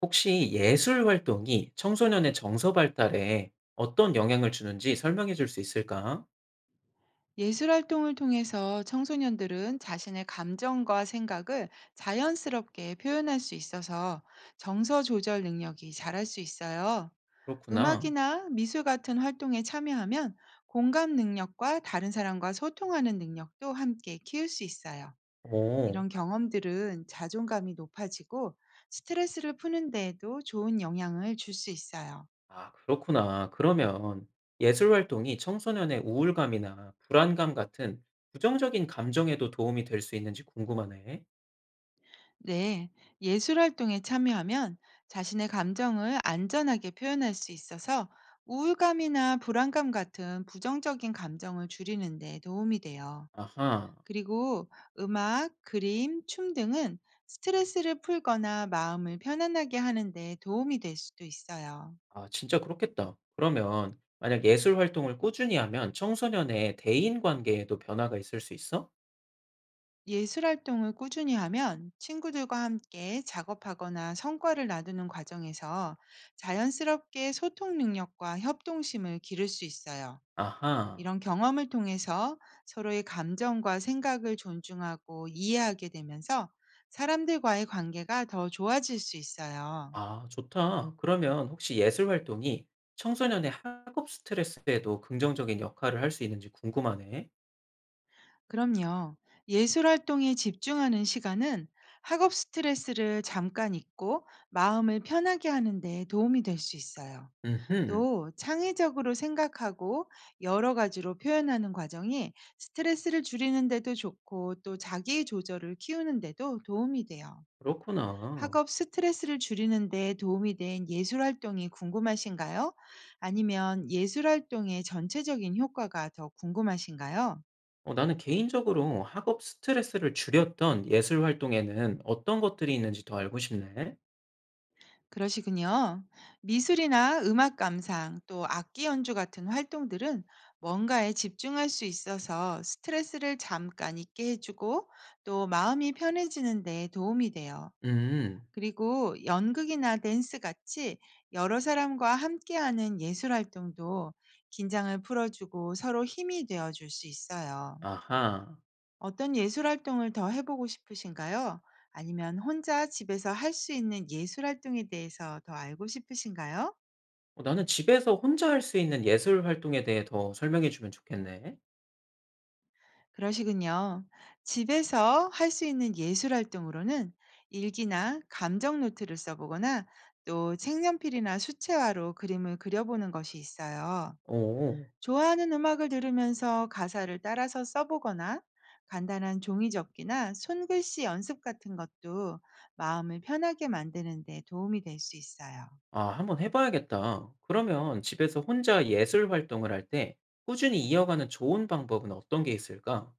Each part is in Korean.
혹시 예술 활동이 청소년의 정서 발달에 어떤 영향을 주는지 설명해 줄 수 있을까? 예술 활동을 통해서 청소년들은 자신의 감정과 생각을 자연스럽게 표현할 수 있어서 정서 조절 능력이 자랄 수 있어요. 그렇구나. 음. 음악이나 미술 같은 활동에 참여하면 공감 능력과 다른 사람과 소통하는 능력도 함께 키울 수 있어요. 오, 이런 경험들은 자존감이 높아지고 스트레스를 푸는 데에도 좋은 영향을 줄 수 있어요. 아, 그렇구나. 그러면 예술 활동이 청소년의 우울감이나 불안감 같은 부정적인 감정에도 도움이 될 수 있는지 궁금하네. 네, 예술 활동에 참여하면 자신의 감정을 안전하게 표현할 수 있어서 우울감이나 불안감 같은 부정적인 감정을 줄이는 데 도움이 돼요. 아하, 그리고 음악, 그림, 춤 등은 스트레스를 풀거나 마음을 편안하게 하는 데 도움이 될 수도 있어요. 아, 진짜 그렇겠다. 그러면 만약 예술 활동을 꾸준히 하면 청소년의 대인 관계에도 변화가 있을 수 있어? 예술 활동을 꾸준히 하면 친구들과 함께 작업하거나 성과를 나누는 과정에서 자연스럽게 소통 능력과 협동심을 기를 수 있어요. 아하. 이런 경험을 통해서 서로의 감정과 생각을 존중하고 이해하게 되면서 사람들과의 관계가 더 좋아질 수 있어요. 아, 좋다. 그러면 혹시 예술 활동이 청소년의 학업 스트레스에도 긍정적인 역할을 할 수 있는지 궁금하네. 그럼요. 예술 활동에 집중하는 시간은 학업 스트레스를 잠깐 잊고 마음을 편하게 하는 데 도움이 될 수 있어요. 음흠, 또 창의적으로 생각하고 여러 가지로 표현하는 과정이 스트레스를 줄이는 데도 좋고, 또 자기 조절을 키우는 데도 도움이 돼요. 그렇구나. 학업 스트레스를 줄이는 데 도움이 된 예술 활동이 궁금하신가요? 아니면 예술 활동의 전체적인 효과가 더 궁금하신가요? 어, 나는 개인적으로 학업 스트레스를 줄였던 예술 활동에는 어떤 것들이 있는지 더 알고 싶네. 그러시군요. 미술이나 음악 감상, 또 악기 연주 같은 활동들은 뭔가에 집중할 수 있어서 스트레스를 잠깐 잊게 해주고, 또 마음이 편해지는 데 도움이 돼요. 음, 그리고 연극이나 댄스 같이 여러 사람과 함께하는 예술 활동도 긴장을 풀어주고 서로 힘이 되어줄 수 있어요. 아하. 어떤 예술 활동을 더 해보고 싶으신가요? 아니면 혼자 집에서 할 수 있는 예술 활동에 대해서 더 알고 싶으신가요? 어, 나는 집에서 혼자 할 수 있는 예술 활동에 대해 더 설명해 주면 좋겠네. 그러시군요. 집에서 할 수 있는 예술 활동으로는 일기나 감정 노트를 써보거나, 또 색연필이나 수채화로 그림을 그려보는 것이 있어요. 오. 좋아하는 음악을 들으면서 가사를 따라서 써보거나, 간단한 종이 접기나 손글씨 연습 같은 것도 마음을 편하게 만드는 데 도움이 될 수 있어요. 아, 한번 해봐야겠다. 그러면 집에서 혼자 예술 활동을 할 때 꾸준히 이어가는 좋은 방법은 어떤 게 있을까?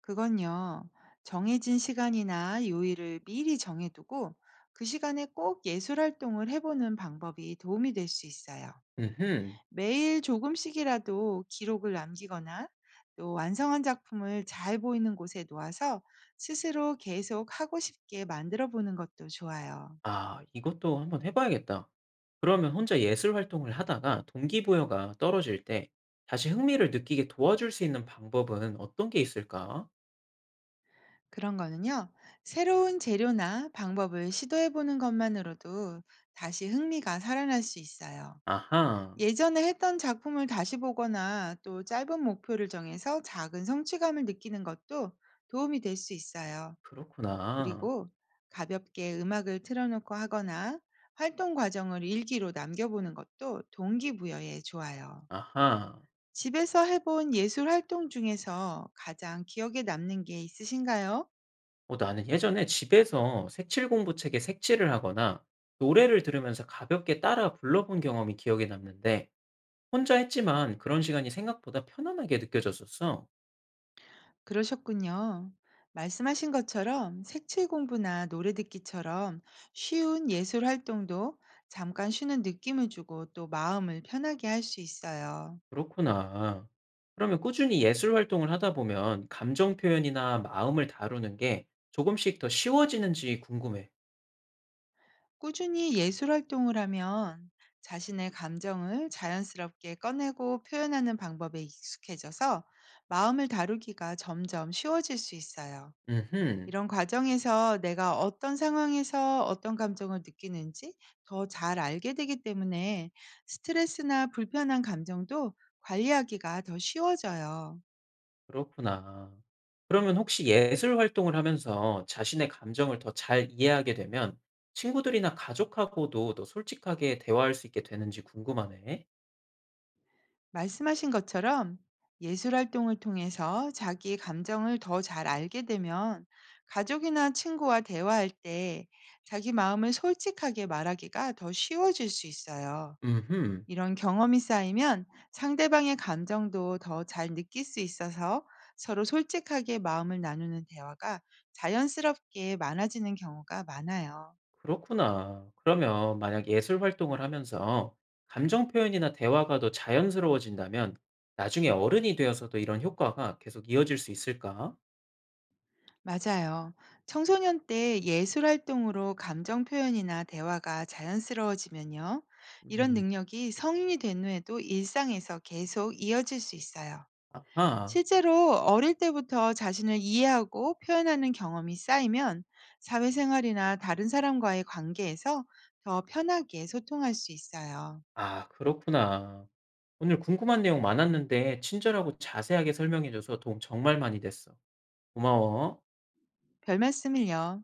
그건요, 정해진 시간이나 요일을 미리 정해두고 그 시간에 꼭 예술 활동을 해보는 방법이 도움이 될 수 있어요. 음흠. 매일 조금씩이라도 기록을 남기거나, 또 완성한 작품을 잘 보이는 곳에 놓아서 스스로 계속 하고 싶게 만들어 보는 것도 좋아요. 아, 이것도 한번 해봐야겠다. 그러면 혼자 예술 활동을 하다가 동기부여가 떨어질 때 다시 흥미를 느끼게 도와줄 수 있는 방법은 어떤 게 있을까? 그런 거는요, 새로운 재료나 방법을 시도해 보는 것만으로도 다시 흥미가 살아날 수 있어요. 아하, 예전에 했던 작품을 다시 보거나, 또 짧은 목표를 정해서 작은 성취감을 느끼는 것도 도움이 될 수 있어요. 그렇구나. 그리고 가볍게 음악을 틀어놓고 하거나 활동 과정을 일기로 남겨보는 것도 동기부여에 좋아요. 아하. 집에서 해본 예술 활동 중에서 가장 기억에 남는 게 있으신가요? 어, 나는 예전에 집에서 색칠 공부책에 색칠을 하거나 노래를 들으면서 가볍게 따라 불러본 경험이 기억에 남는데 혼자 했지만 그런 시간이 생각보다 편안하게 느껴졌었어. 그러셨군요. 말씀하신 것처럼 색칠 공부나 노래 듣기처럼 쉬운 예술 활동도 잠깐 쉬는 느낌을 주고, 또 마음을 편하게 할 수 있어요. 그렇구나. 그러면 꾸준히 예술 활동을 하다 보면 감정 표현이나 마음을 다루는 게 조금씩 더 쉬워지는지 궁금해. 꾸준히 예술 활동을 하면 자신의 감정을 자연스럽게 꺼내고 표현하는 방법에 익숙해져서 마음을 다루기가 점점 쉬워질 수 있어요. 음흠, 이런 과정에서 내가 어떤 상황에서 어떤 감정을 느끼는지 더 잘 알게 되기 때문에, 스트레스나 불편한 감정도 관리하기가 더 쉬워져요. 그렇구나. 그러면 혹시 예술 활동을 하면서 자신의 감정을 더 잘 이해하게 되면 친구들이나 가족하고도 더 솔직하게 대화할 수 있게 되는지 궁금하네. 말씀하신 것처럼 예술 활동을 통해서 자기 감정을 더 잘 알게 되면 가족이나 친구와 대화할 때 자기 마음을 솔직하게 말하기가 더 쉬워질 수 있어요. 음흠. 이런 경험이 쌓이면 상대방의 감정도 더 잘 느낄 수 있어서 서로 솔직하게 마음을 나누는 대화가 자연스럽게 많아지는 경우가 많아요. 그렇구나. 그러면 만약 예술 활동을 하면서 감정 표현이나 대화가 더 자연스러워진다면 나중에 어른이 되어서도 이런 효과가 계속 이어질 수 있을까? 맞아요. 청소년 때 예술 활동으로 감정 표현이나 대화가 자연스러워지면요. 이런 음, 능력이 성인이 된 후에도 일상에서 계속 이어질 수 있어요. 아하. 실제로 어릴 때부터 자신을 이해하고 표현하는 경험이 쌓이면 사회생활이나 다른 사람과의 관계에서 더 편하게 소통할 수 있어요. 아, 그렇구나. 오늘 궁금한 내용 많았는데 친절하고 자세하게 설명해줘서 도움 정말 많이 됐어. 고마워. 별 말씀을요.